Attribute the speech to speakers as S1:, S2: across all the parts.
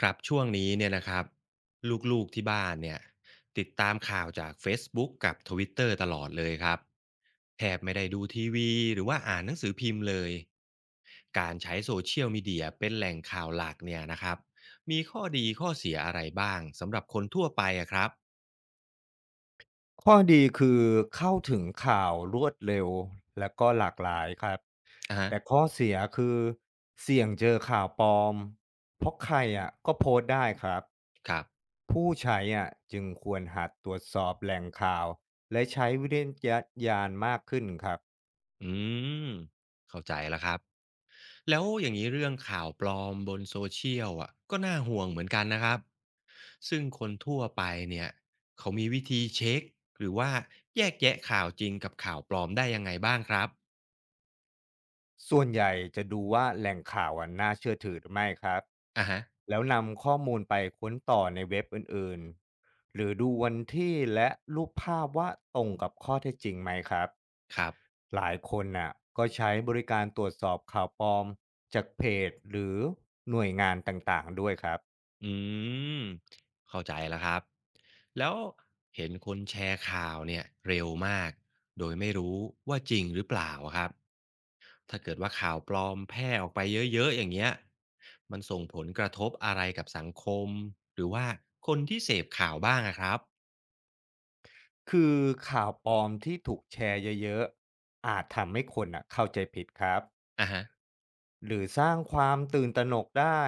S1: ครับช่วงนี้เนี่ยนะครับลูกๆที่บ้านเนี่ยติดตามข่าวจาก Facebook กับ Twitter ตเตอร์ตลอดเลยครับแทบไม่ได้ดูทีวีหรือว่าอ่านหนังสือพิมพ์เลยการใช้โซเชียลมีเดียเป็นแหล่งข่าวหลักเนี่ยนะครับมีข้อดีข้อเสียอะไรบ้างสำหรับคนทั่วไปอะครับ
S2: ข้อดีคือเข้าถึงข่าวรวดเร็วและก็หลากหลายครับ
S1: อะฮะ
S2: แต่ข้อเสียคือเสี่ยงเจอข่าวปลอมเพราะใครอ่ะก็โพสต์ได้ครับ
S1: ครับ
S2: ผู้ใช้อ่ะจึงควรหัดตรวจสอบแหล่งข่าวและใช้วิจารณญาณมากขึ้นครับ
S1: อืมเข้าใจแล้วครับ แล้วอย่างนี้เรื่องข่าวปลอมบนโซเชียลอ่ะก็น่าห่วงเหมือนกันนะครับซึ่งคนทั่วไปเนี่ยเขามีวิธีเช็คหรือว่าแยกแยะข่าวจริงกับข่าวปลอมได้ยังไงบ้างครับ
S2: ส่วนใหญ่จะดูว่าแหล่งข่าวอะน่าเชื่อถือหรือไม่ครับ
S1: อ่ะฮะ
S2: แล้วนำข้อมูลไปค้นต่อในเว็บอื่นๆหรือดูวันที่และรูปภาพว่าตรงกับข้อเท็จจริงไหมครับ
S1: ครับ
S2: หลายคนน่ะก็ใช้บริการตรวจสอบข่าวปลอมจากเพจหรือหน่วยงานต่างๆด้วยครับ
S1: อืมเข้าใจแล้วครับแล้วเห็นคนแชร์ข่าวเนี่ยเร็วมากโดยไม่รู้ว่าจริงหรือเปล่าครับ ถ้าเกิดว่าข่าวปลอมแพร่ออกไปเยอะๆ อย่างเงี้ยมันส่งผลกระทบอะไรกับสังคมหรือว่าคนที่เสพข่าวบ้างอะครับ
S2: คือข่าวปลอมที่ถูกแชร์เยอะๆอาจทำให้คนน่ะเข้าใจผิดครับ
S1: อ่ะฮะ
S2: หรือสร้างความตื่นตระหนกได้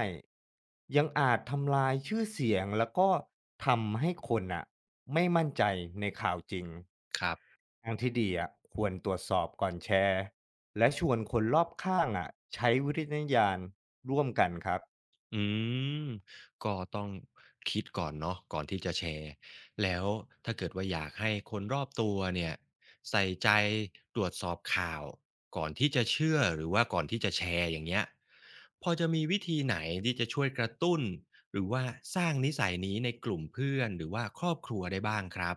S2: ยังอาจทำลายชื่อเสียงแล้วก็ทำให้คนน่ะไม่มั่นใจในข่าวจริง
S1: ครับ
S2: ทางที่ดีอะควรตรวจสอบก่อนแชร์และชวนคนรอบข้างอะใช้วิจารณญาณร่วมกันครับ
S1: อืมก็ต้องคิดก่อนเนาะก่อนที่จะแชร์แล้วถ้าเกิดว่าอยากให้คนรอบตัวเนี่ยใส่ใจตรวจสอบข่าวก่อนที่จะเชื่อหรือว่าก่อนที่จะแชร์อย่างเงี้ยพอจะมีวิธีไหนที่จะช่วยกระตุ้นหรือว่าสร้างนิสัยนี้ในกลุ่มเพื่อนหรือว่าครอบครัวได้บ้างครับ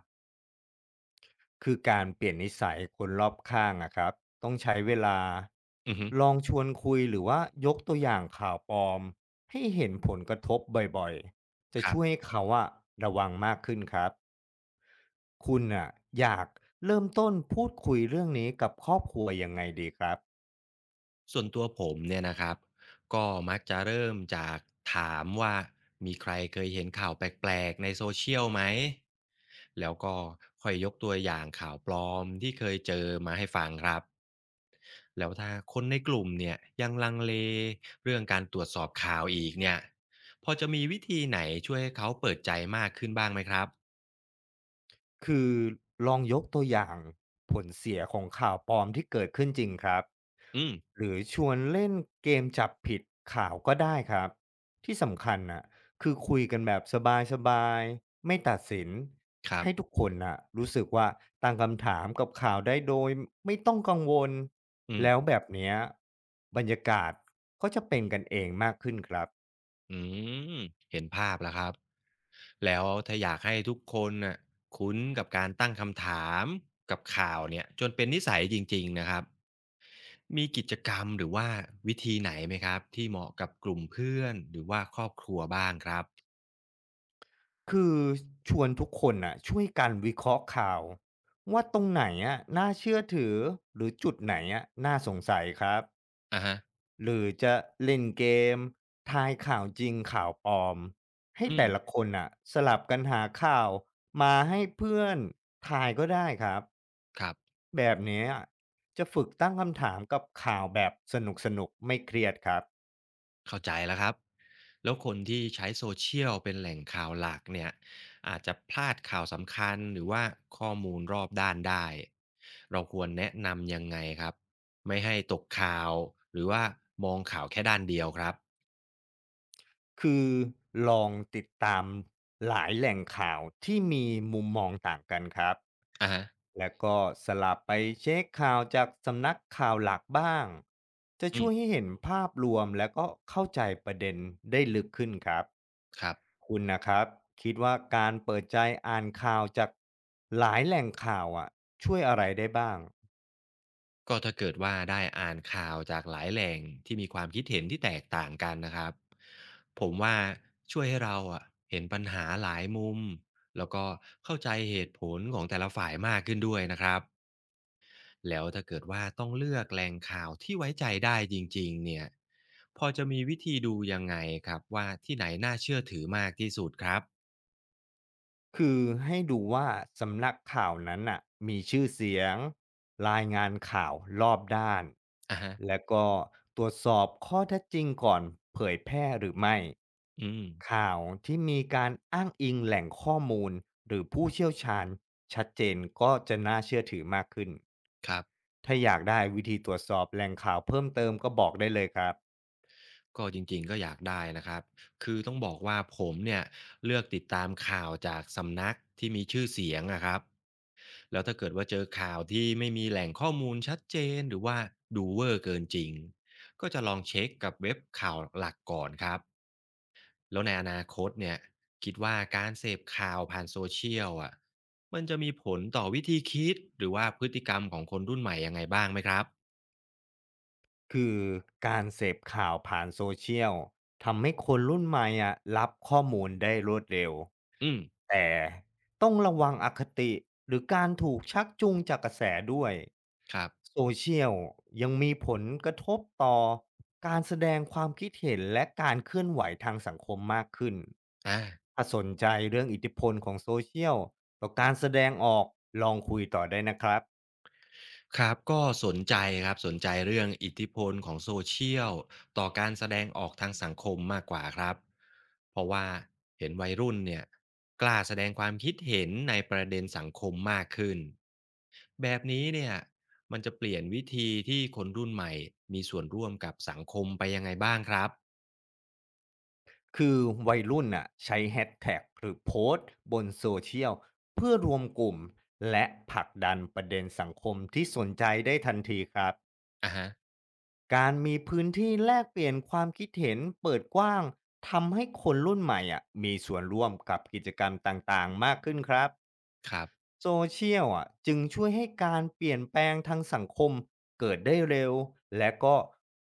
S2: คือการเปลี่ยนนิสัยคนรอบข้างอะครับต้องใช้เวลา
S1: อือฮึ
S2: ลองชวนคุยหรือว่ายกตัวอย่างข่าวปลอมให้เห็นผลกระทบบ่อยๆจะ
S1: ครั
S2: ช่วย
S1: บ
S2: ให้เขาอะระวังมากขึ้นครับคุณอะอยากเริ่มต้นพูดคุยเรื่องนี้กับครอบครัวยังไงดีครับ
S1: ส่วนตัวผมเนี่ยนะครับก็มักจะเริ่มจากถามว่ามีใครเคยเห็นข่าวแปลกๆในโซเชียลไหมแล้วก็ค่อยยกตัวอย่างข่าวปลอมที่เคยเจอมาให้ฟังครับแล้วถ้าคนในกลุ่มเนี่ยยังลังเลเรื่องการตรวจสอบข่าวอีกเนี่ยพอจะมีวิธีไหนช่วยให้เขาเปิดใจมากขึ้นบ้างไหมครับ
S2: คือลองยกตัวอย่างผลเสียของข่าวปลอมที่เกิดขึ้นจริงครับ
S1: อืม
S2: หรือชวนเล่นเกมจับผิดข่าวก็ได้ครับที่สำคัญน่ะคือคุยกันแบบสบายๆไม่ตัดสิน
S1: ครั
S2: ให้ทุ
S1: บ
S2: กคนน่ะรู้สึกว่าตั้งคำถามกับข่าวได้โดยไม่ต้องกังวล
S1: อื
S2: แล้ว
S1: ม
S2: แบบเนี้ยบรรยากาศก็จะเป็นกันเองมากขึ้นครับ
S1: อืมเห็นภาพแล้วครับแล้วถ้าอยากให้ทุกคนน่ะคุ้นกับการตั้งคำถามกับข่าวเนี่ยจนเป็นนิสัยจริงๆนะครับมีกิจกรรมหรือว่าวิธีไหนไหมครับที่เหมาะกับกลุ่มเพื่อนหรือว่าครอบครัวบ้างครับ
S2: คือชวนทุกคนน่ะช่วยกันวิเคราะห์ข่าวว่าตรงไหนอะน่าเชื่อถือหรือจุดไหนอะน่าสงสัยครับ
S1: อะฮะ
S2: หรือจะเล่นเกมทายข่าวจริงข่าวปลอมให้
S1: อืม
S2: แต่ละคนน่ะสลับกันหาข่าวมาให้เพื่อนทายก็ได้ครับ
S1: ครับ
S2: แบบเนี้ยจะฝึกตั้งคำถามกับข่าวแบบสนุกสนุกไม่เครียดครับ
S1: เข้าใจแล้วครับแล้วคนที่ใช้โซเชียลเป็นแหล่งข่าวหลักเนี่ยอาจจะพลาดข่าวสำคัญหรือว่าข้อมูลรอบด้านได้เราควรแนะนำยังไงครับไม่ให้ตกข่าวหรือว่ามองข่าวแค่ด้านเดียวครับ
S2: คือลองติดตามหลายแหล่งข่าวที่มีมุมมองต่างกันครับ
S1: อ่ะฮะ
S2: แล้วก็สลับไปเช็คข่าวจากสำนักข่าวหลักบ้างจะ
S1: อื
S2: ช่
S1: ม
S2: วยให้เห็นภาพรวมแล้วก็เข้าใจประเด็นได้ลึกขึ้นครับ
S1: ครับ
S2: คุณนะครับคิดว่าการเปิดใจอ่านข่าวจากหลายแหล่งข่าวอ่ะช่วยอะไรได้บ้าง
S1: ก็ถ้าเกิดว่าได้อ่านข่าวจากหลายแหล่งที่มีความคิดเห็นที่แตกต่างกันนะครับผมว่าช่วยให้เราอะเห็นปัญหาหลายมุมแล้วก็เข้าใจเหตุผลของแต่ละฝ่ายมากขึ้นด้วยนะครับ แล้วถ้าเกิดว่าต้องเลือกแหล่งข่าวที่ไว้ใจได้จริงๆเนี่ยพอจะมีวิธีดูยังไงครับว่าที่ไหนน่าเชื่อถือมากที่สุดครับ
S2: คือให้ดูว่าสำนักข่าวนั้นน่ะมีชื่อเสียงรายงานข่าวรอบด้าน
S1: อะฮะ
S2: และก็ตรวจสอบข้อเท็จจริงก่อนเผยแพร่หรือไม่
S1: อืม
S2: ข่าวที่มีการอ้างอิงแหล่งข้อมูลหรือผู้เชี่ยวชาญชัดเจนก็จะน่าเชื่อถือมากขึ้น
S1: ครับ
S2: ถ้าอยากได้วิธีตรวจสอบแหล่งข่าวเพิ่มเติมก็บอกได้เลยครับ
S1: ก็จริงๆก็อยากได้นะครับคือต้องบอกว่าผมเนี่ยเลือกติดตามข่าวจากสำนักที่มีชื่อเสียงอะครับแล้วถ้าเกิดว่าเจอข่าวที่ไม่มีแหล่งข้อมูลชัดเจนหรือว่าดูเวอร์เกินจริงก็จะลองเช็คกับเว็บข่าวหลักก่อนครับ แล้วในอนาคตเนี่ยคิดว่าการเสพข่าวผ่านโซเชียลอะมันจะมีผลต่อวิธีคิดหรือว่าพฤติกรรมของคนรุ่นใหม่ยังไงบ้างไหมครับ
S2: คือการเสพข่าวผ่านโซเชียลทำให้คนรุ่นใหม่อะรับข้อมูลได้รวดเร็ว
S1: อืม
S2: แต่ต้องระวังอคติหรือการถูกชักจูงจากกระแสด้วย
S1: ครับ
S2: โซเชียลยังมีผลกระทบต่อการแสดงความคิดเห็นและการเคลื่อนไหวทางสังคมมากขึ้น
S1: อา
S2: ถ้าสนใจเรื่องอิทธิพลของโซเชียลต่อการแสดงออกลองคุยต่อได้นะครับ
S1: ครับก็สนใจครับสนใจเรื่องอิทธิพลของ Social ต่อการแสดงออกทางสังคมมากกว่าครับเพราะว่าเห็นวัยรุ่นเนี่ยกล้าแสดงความคิดเห็นในประเด็นสังคมมากขึ้นแบบนี้เนี่ยมันจะเปลี่ยนวิธีที่คนรุ่นใหม่มีส่วนร่วมกับสังคมไปยังไงบ้างครับ
S2: คือวัยรุ่นน่ะใช้แฮชแท็กหรือโพสต์บนโซเชียลเพื่อรวมกลุ่มและผลักดันประเด็นสังคมที่สนใจได้ทันทีครับ
S1: อะฮะ
S2: การมีพื้นที่แลกเปลี่ยนความคิดเห็นเปิดกว้างทำให้คนรุ่นใหม่อ่ะมีส่วนร่วมกับกิจกรรมต่างๆมากขึ้นครับ
S1: ครับ
S2: โซเชียลอ่ะจึงช่วยให้การเปลี่ยนแปลงทางสังคมเกิดได้เร็วและก็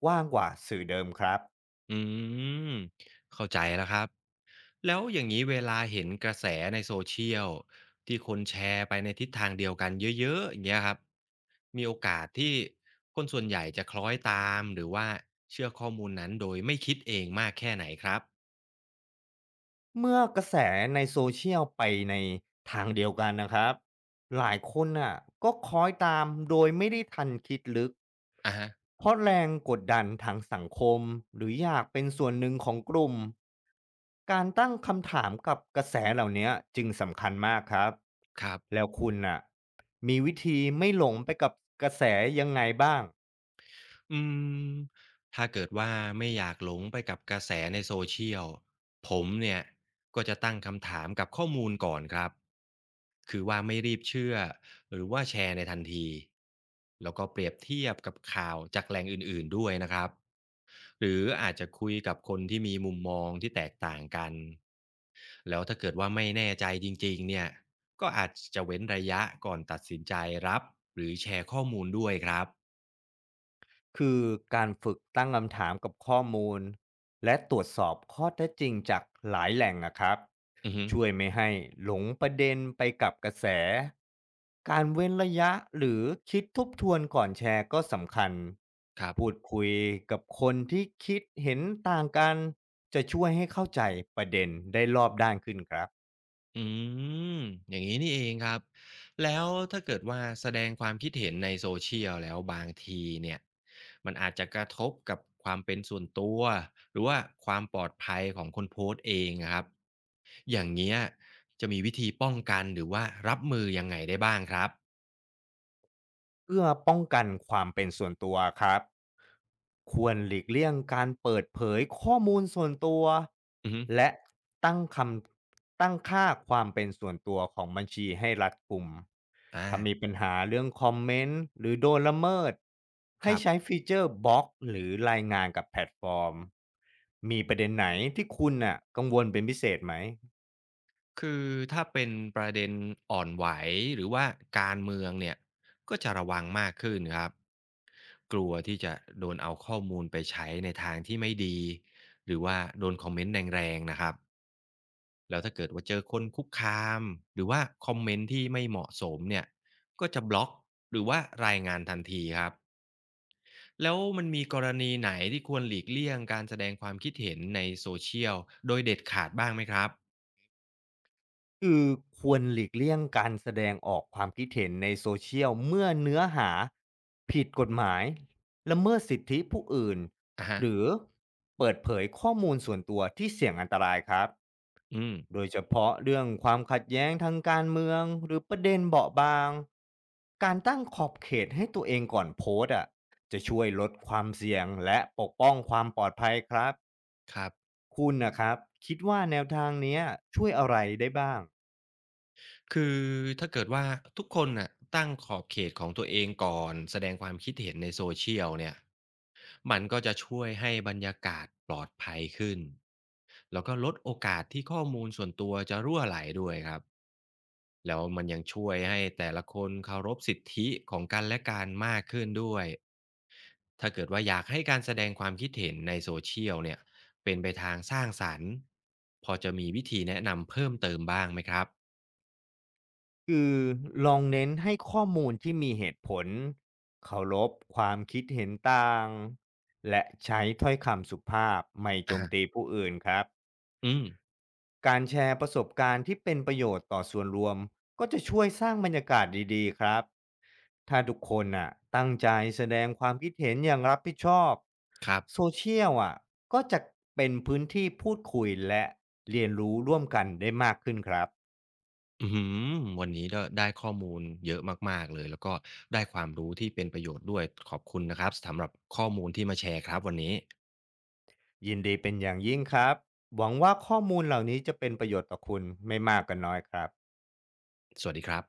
S2: กว้างกว่าสื่อเดิมครับ
S1: อืมเข้าใจแล้วครับแล้วอย่างนี้เวลาเห็นกระแสในโซเชียลที่คนแชร์ไปในทิศทางเดียวกันเยอะๆอย่างเงี้ยครับมีโอกาสที่คนส่วนใหญ่จะคล้อยตามหรือว่าเชื่อข้อมูลนั้นโดยไม่คิดเองมากแค่ไหนครับ
S2: เมื่อกระแสในโซเชียลไปในทางเดียวกันนะครับหลายคนน่ะก็คล้อยตามโดยไม่ได้ทันคิดลึก
S1: อะฮะ
S2: เพราะแรงกดดันทางสังคมหรืออยากเป็นส่วนหนึ่งของกลุ่มการตั้งคำถามกับกระแสเหล่านี้จึงสำคัญมากครับ
S1: ครับ
S2: แล้วคุณน่ะมีวิธีไม่หลงไปกับกระแสยังไงบ้าง
S1: อืมถ้าเกิดว่าไม่อยากหลงไปกับกระแสในโซเชียลผมเนี่ยก็จะตั้งคำถามกับข้อมูลก่อนครับคือว่าไม่รีบเชื่อหรือว่าแชร์ในทันทีแล้วก็เปรียบเทียบกับข่าวจากแหล่งอื่นๆด้วยนะครับหรืออาจจะคุยกับคนที่มีมุมมองที่แตกต่างกันแล้วถ้าเกิดว่าไม่แน่ใจจริงๆเนี่ยก็อาจจะเว้นระยะก่อนตัดสินใจรับหรือแชร์ข้อมูลด้วยครับ
S2: คือการฝึกตั้งคำถามกับข้อมูลและตรวจสอบข้อเท็จจริงจากหลายแหล่งนะครับ
S1: อือฮึ
S2: ช่วยไม่ให้หลงประเด็นไปกับกระแสการเว้นระยะหรือคิดทบทวนก่อนแชร์ก็สำคัญ
S1: ครั
S2: พูด
S1: บ
S2: คุยกับคนที่คิดเห็นต่างกันจะช่วยให้เข้าใจประเด็นได้รอบด้านขึ้นครับ
S1: อืมอย่างนี้นี่เองครับแล้วถ้าเกิดว่าแสดงความคิดเห็นในโซเชียลแล้วบางทีเนี่ยมันอาจจะกระทบกับความเป็นส่วนตัวหรือว่าความปลอดภัยของคนโพสต์เองอะครับอย่างเงี้ยจะมีวิธีป้องกันหรือว่ารับมือยังไงได้บ้างครับ
S2: เพื่อป้องกันความเป็นส่วนตัวครับควรหลีกเลี่ยงการเปิดเผยข้อมูลส่วนตัว
S1: อือฮึ
S2: และตั้งคตั้งค่าความเป็นส่วนตัวของบัญชีให้รัดกุม
S1: อ่า
S2: ถ้ามีปัญหาเรื่องคอมเมนต์หรือโดนละเมิด
S1: ค
S2: ให้
S1: รั
S2: ใช้
S1: บ
S2: ฟีเจอร์บล็อกหรือรายงานกับแพลตฟอร์มมีประเด็นไหนที่คุณน่ะกังวลเป็นพิเศษไหม
S1: คือถ้าเป็นประเด็นอ่อนไหวหรือว่าการเมืองเนี่ยก็จะระวังมากขึ้นครับกลัวที่จะโดนเอาข้อมูลไปใช้ในทางที่ไม่ดีหรือว่าโดนคอมเมนต์แรงๆนะครับแล้วถ้าเกิดว่าเจอคนคุกคามหรือว่าคอมเมนต์ที่ไม่เหมาะสมเนี่ยก็จะบล็อกหรือว่ารายงานทันทีครับแล้วมันมีกรณีไหนที่ควรหลีกเลี่ยงการแสดงความคิดเห็นในโซเชียลโดยเด็ดขาดบ้างไหมครับ
S2: คือควรหลีกเลี่ยงการแสดงออกความคิดเห็นในโซเชียลเมื่อเนื้อหาผิดกฎหมายละเมิดสิทธิผู้อื่น
S1: อ่ะฮะ
S2: หรือเปิดเผยข้อมูลส่วนตัวที่เสี่ยงอันตรายครับ
S1: อืม
S2: โดยเฉพาะเรื่องความขัดแย้งทางการเมืองหรือประเด็นเบาะบางการตั้งขอบเขตให้ตัวเองก่อนโพสต์อ่ะจะช่วยลดความเสี่ยงและปกป้องความปลอดภัยครับ
S1: ครับ
S2: คุณนะครับคิดว่าแนวทางเนี้ยช่วยอะไรได้บ้าง
S1: คือถ้าเกิดว่าทุกคนน่ะตั้งขอบเขตของตัวเองก่อนแสดงความคิดเห็นใน Social เชียลเนี่ยมันก็จะช่วยให้บรรยากาศปลอดภัยขึ้นแล้วก็ลดโอกาสที่ข้อมูลส่วนตัวจะรั่วไหลด้วยครับแล้วมันยังช่วยให้แต่ละคนเคารพสิทธิของกันและกันมากขึ้นด้วยถ้าเกิดว่าอยากให้การแสดงความคิดเห็นใน Social เชียลเนี่ยเป็นไปทางสร้างสรรค์พอจะมีวิธีแนะนำเพิ่มเติมบ้างไหมครับ
S2: คือลองเน้นให้ข้อมูลที่มีเหตุผลเคารพความคิดเห็นต่างและใช้ถ้อยคำสุภาพไม่โจมตี
S1: อะ
S2: ผู้อื่นครับ
S1: อืม
S2: การแชร์ประสบการณ์ที่เป็นประโยชน์ต่อส่วนรวมก็จะช่วยสร้างบรรยากาศดีๆครับถ้าทุกคนน่ะตั้งใจแสดงความคิดเห็นอย่างรับผิดชอบ
S1: ครั
S2: โซ
S1: บ
S2: เชียลอ่ะก็จะเป็นพื้นที่พูดคุยและเรียนรู้ร่วมกันได้มากขึ้นครับ
S1: อือหือวันนี้ก็ได้ข้อมูลเยอะมากๆเลยแล้วก็ได้ความรู้ที่เป็นประโยชน์ด้วยขอบคุณนะครับสำหรับข้อมูลที่มาแชร์ครับวันนี้
S2: ยินดีเป็นอย่างยิ่งครับ หวังว่าข้อมูลเหล่านี้จะเป็นประโยชน์ต่อคุณไม่มากก็นน้อยครับ
S1: สวัสดีครับ